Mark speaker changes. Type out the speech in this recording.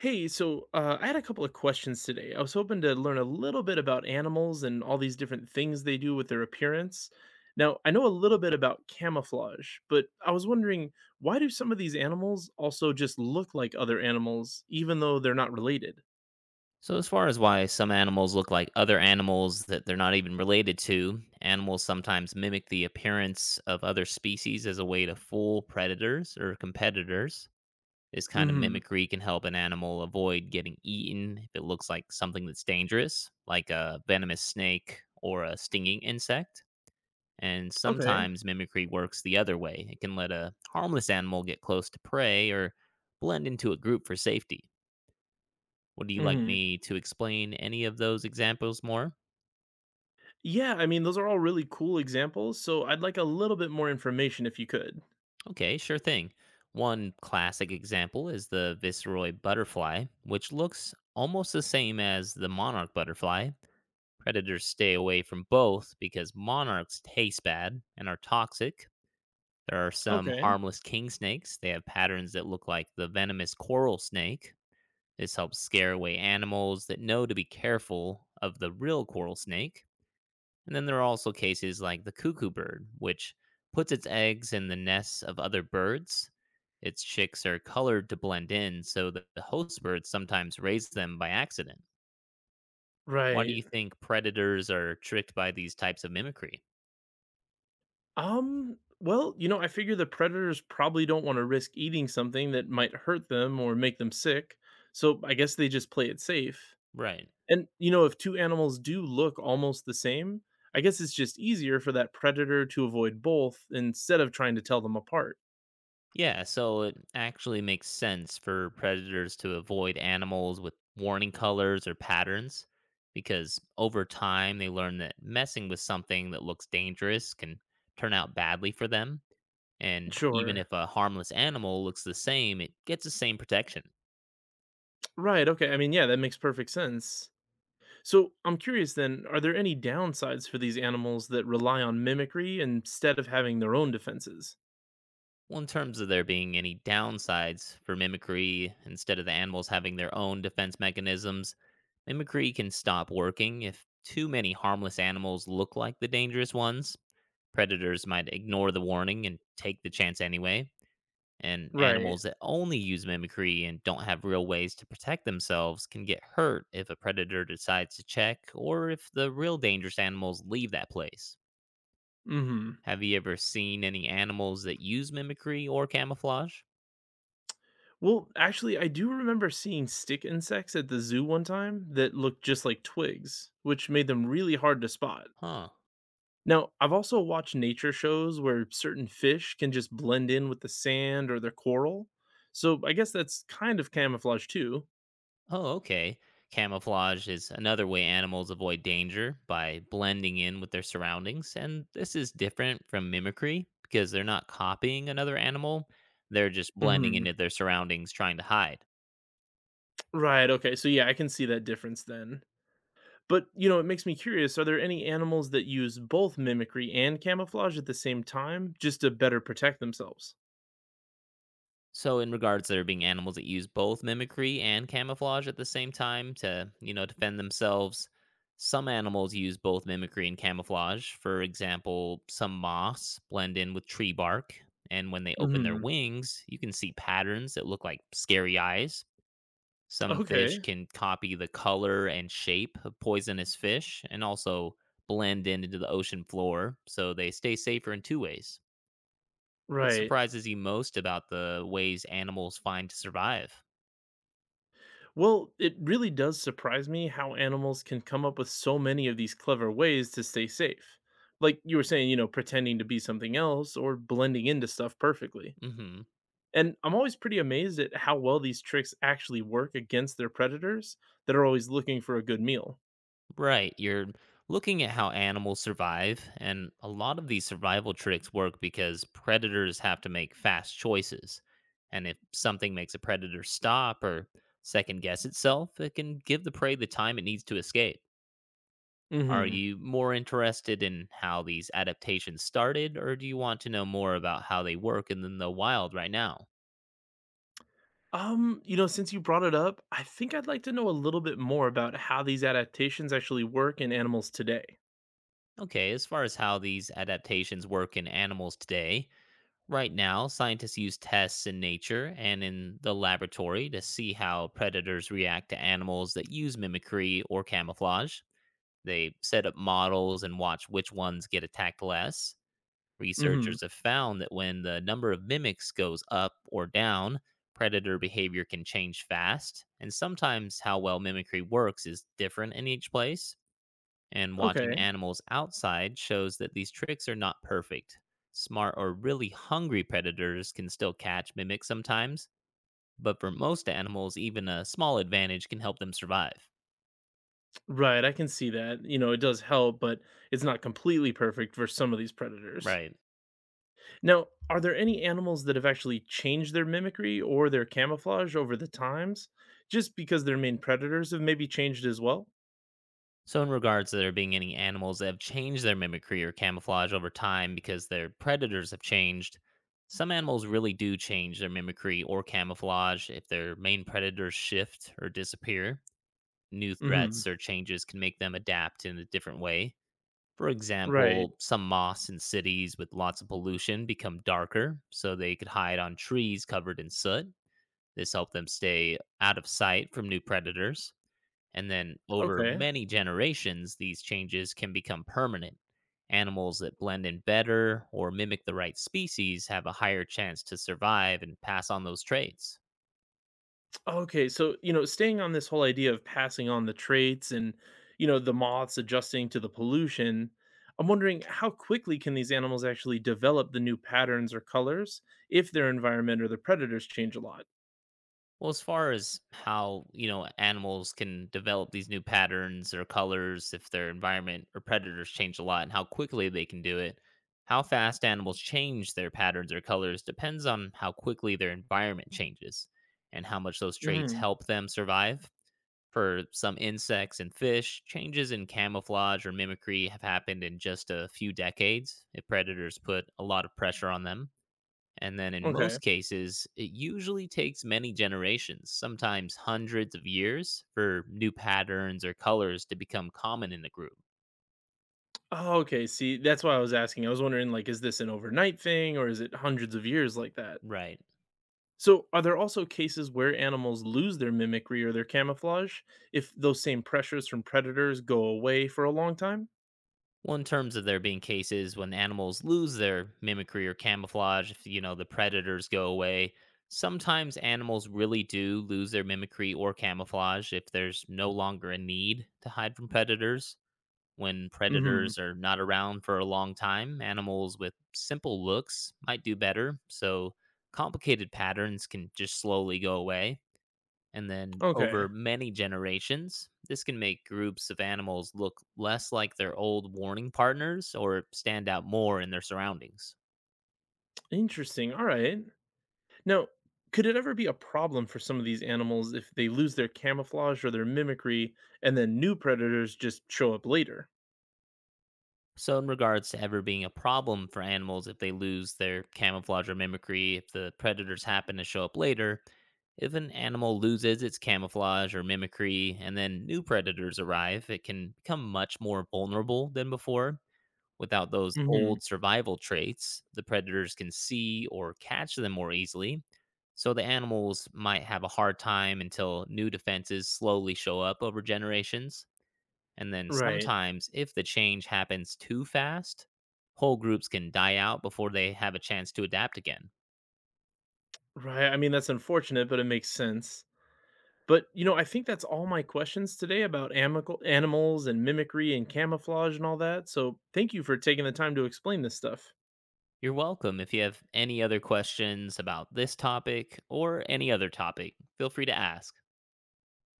Speaker 1: Hey, I had a couple of questions today. I was hoping to learn a little bit about animals and all these different things they do with their appearance. Now, I know a little bit about camouflage, but I was wondering, why do some of these animals also just look like other animals, even though they're not related?
Speaker 2: So, as far as why some animals look like other animals that they're not even related to, animals sometimes mimic the appearance of other species as a way to fool predators or competitors. This kind of
Speaker 1: Hmm.
Speaker 2: mimicry can help an animal avoid getting eaten if it looks like something that's dangerous, like a venomous snake or a stinging insect. And
Speaker 1: Okay.
Speaker 2: sometimes mimicry works the other way. It can let a harmless animal get close to prey or blend into a group for safety. Would you like
Speaker 1: Hmm.
Speaker 2: me to explain any of those examples more?
Speaker 1: Yeah. I mean, those are all really cool examples, so I'd like a little bit more information if you could.
Speaker 2: Okay, sure thing. One classic example is the Viceroy butterfly, which looks almost the same as the monarch butterfly. Predators stay away from both because monarchs taste bad and are toxic. There are some
Speaker 1: Okay.
Speaker 2: harmless king snakes. They have patterns that look like the venomous coral snake. This helps scare away animals that know to be careful of the real coral snake. And then there are also cases like the cuckoo bird, which puts its eggs in the nests of other birds. Its chicks are colored to blend in, so that the host birds sometimes raise them by accident. Why do
Speaker 1: Right.
Speaker 2: you think predators are tricked by these types of mimicry?
Speaker 1: Well, you know, I figure the predators probably don't want to risk eating something that might hurt them or make them sick, so I guess they just play it safe.
Speaker 2: Right.
Speaker 1: And, you know, if two animals do look almost the same, I guess it's just easier for that predator to avoid both instead of trying to tell them apart.
Speaker 2: Yeah, so it actually makes sense for predators to avoid animals with warning colors or patterns because over time they learn that messing with something that looks dangerous can turn out badly for them. And even
Speaker 1: Sure.
Speaker 2: if a harmless animal looks the same, it gets the same protection.
Speaker 1: Right. Okay. I mean, yeah, that makes perfect sense. So I'm curious then, are there any downsides for these animals that rely on mimicry instead of having their own defenses?
Speaker 2: Well, in terms of there being any downsides for mimicry, instead of the animals having their own defense mechanisms, mimicry can stop working if too many harmless animals look like the dangerous ones. Predators might ignore the warning and take the chance anyway. And
Speaker 1: Right.
Speaker 2: animals that only use mimicry and don't have real ways to protect themselves can get hurt if a predator decides to check or if the real dangerous animals leave that place.
Speaker 1: Mm hmm.
Speaker 2: Have you ever seen any animals that use mimicry or camouflage?
Speaker 1: Well, actually, I do remember seeing stick insects at the zoo one time that looked just like twigs, which made them really hard to spot.
Speaker 2: Huh.
Speaker 1: Now, I've also watched nature shows where certain fish can just blend in with the sand or their coral, so I guess that's kind of camouflage too.
Speaker 2: Oh, okay. Camouflage is another way animals avoid danger by blending in with their surroundings, and this is different from mimicry because they're not copying another animal, they're just blending
Speaker 1: Hmm.
Speaker 2: into their surroundings trying to hide.
Speaker 1: Right. Okay. So yeah, I can see that difference then. But, you know, it makes me curious. Are there any animals that use both mimicry and camouflage at the same time just to better protect themselves?
Speaker 2: So, in regards, there being animals that use both mimicry and camouflage at the same time to, defend themselves. Some animals use both mimicry and camouflage. For example, some moths blend in with tree bark, and when they open their
Speaker 1: Hmm.
Speaker 2: wings, you can see patterns that look like scary eyes. Some
Speaker 1: Okay.
Speaker 2: fish can copy the color and shape of poisonous fish and also blend in into the ocean floor, so they stay safer in two ways. What
Speaker 1: Right.
Speaker 2: surprises you most about the ways animals find to survive?
Speaker 1: Well, it really does surprise me how animals can come up with so many of these clever ways to stay safe. Like you were saying, you know, pretending to be something else or blending into stuff perfectly.
Speaker 2: Hmm.
Speaker 1: And I'm always pretty amazed at how well these tricks actually work against their predators that are always looking for a good meal.
Speaker 2: Right. You're looking at how animals survive, and a lot of these survival tricks work because predators have to make fast choices. And if something makes a predator stop or second guess itself, it can give the prey the time it needs to escape. Are
Speaker 1: Hmm.
Speaker 2: you more interested in how these adaptations started, or do you want to know more about how they work in the wild right now?
Speaker 1: You know, since you brought it up, I think I'd like to know a little bit more about how these adaptations actually work in animals today.
Speaker 2: Okay, as far as how these adaptations work in animals today, right now scientists use tests in nature and in the laboratory to see how predators react to animals that use mimicry or camouflage. They set up models and watch which ones get attacked less.
Speaker 1: Hmm.
Speaker 2: Researchers have found that when the number of mimics goes up or down, predator behavior can change fast, and sometimes how well mimicry works is different in each place. And watching
Speaker 1: Okay.
Speaker 2: animals outside shows that these tricks are not perfect. Smart or really hungry predators can still catch mimics sometimes, but for most animals, even a small advantage can help them survive.
Speaker 1: Right, I can see that. You know, it does help, but it's not completely perfect for some of these predators.
Speaker 2: Right.
Speaker 1: Now, are there any animals that have actually changed their mimicry or their camouflage over the times just because their main predators have maybe changed as well?
Speaker 2: So, in regards to there being any animals that have changed their mimicry or camouflage over time because their predators have changed, some animals really do change their mimicry or camouflage if their main predators shift or disappear. New
Speaker 1: Mhm.
Speaker 2: threats or changes can make them adapt in a different way. For
Speaker 1: Right.
Speaker 2: example, some moss in cities with lots of pollution become darker, so they could hide on trees covered in soot. This helped them stay out of sight from new predators. And then over
Speaker 1: Okay.
Speaker 2: many generations, these changes can become permanent. Animals that blend in better or mimic the right species have a higher chance to survive and pass on those traits.
Speaker 1: Okay, so, you know, staying on this whole idea of passing on the traits and, you know, the moths adjusting to the pollution, I'm wondering, how quickly can these animals actually develop the new patterns or colors if their environment or the predators change a lot?
Speaker 2: Well, as far as how, animals can develop these new patterns or colors if their environment or predators change a lot and how quickly they can do it, how fast animals change their patterns or colors depends on how quickly their environment changes and how much those traits
Speaker 1: Mhm.
Speaker 2: help them survive. For some insects and fish, changes in camouflage or mimicry have happened in just a few decades if predators put a lot of pressure on them. And then in
Speaker 1: Okay.
Speaker 2: most cases, it usually takes many generations, sometimes hundreds of years, for new patterns or colors to become common in the group.
Speaker 1: Oh, okay, see, that's why I was asking. I was wondering, like, is this an overnight thing or is it hundreds of years like that?
Speaker 2: Right.
Speaker 1: So, are there also cases where animals lose their mimicry or their camouflage if those same pressures from predators go away for a long time?
Speaker 2: Well, in terms of there being cases when animals lose their mimicry or camouflage, if the predators go away, sometimes animals really do lose their mimicry or camouflage if there's no longer a need to hide from predators. When
Speaker 1: Hmm.
Speaker 2: predators are not around for a long time, animals with simple looks might do better, so complicated patterns can just slowly go away. And then over
Speaker 1: Okay.
Speaker 2: many generations, this can make groups of animals look less like their old warning partners or stand out more in their surroundings.
Speaker 1: Interesting. All right. Now, could it ever be a problem for some of these animals if they lose their camouflage or their mimicry and then new predators just show up later?
Speaker 2: So, in regards to ever being a problem for animals if they lose their camouflage or mimicry, if the predators happen to show up later, if an animal loses its camouflage or mimicry and then new predators arrive, it can become much more vulnerable than before. Without those
Speaker 1: Hmm.
Speaker 2: old survival traits, the predators can see or catch them more easily. So, the animals might have a hard time until new defenses slowly show up over generations. And then
Speaker 1: Right.
Speaker 2: sometimes, if the change happens too fast, whole groups can die out before they have a chance to adapt again.
Speaker 1: Right. I mean, that's unfortunate, but it makes sense. But, you know, I think that's all my questions today about amical animals and mimicry and camouflage and all that. So, thank you for taking the time to explain this stuff.
Speaker 2: You're welcome. If you have any other questions about this topic or any other topic, feel free to ask.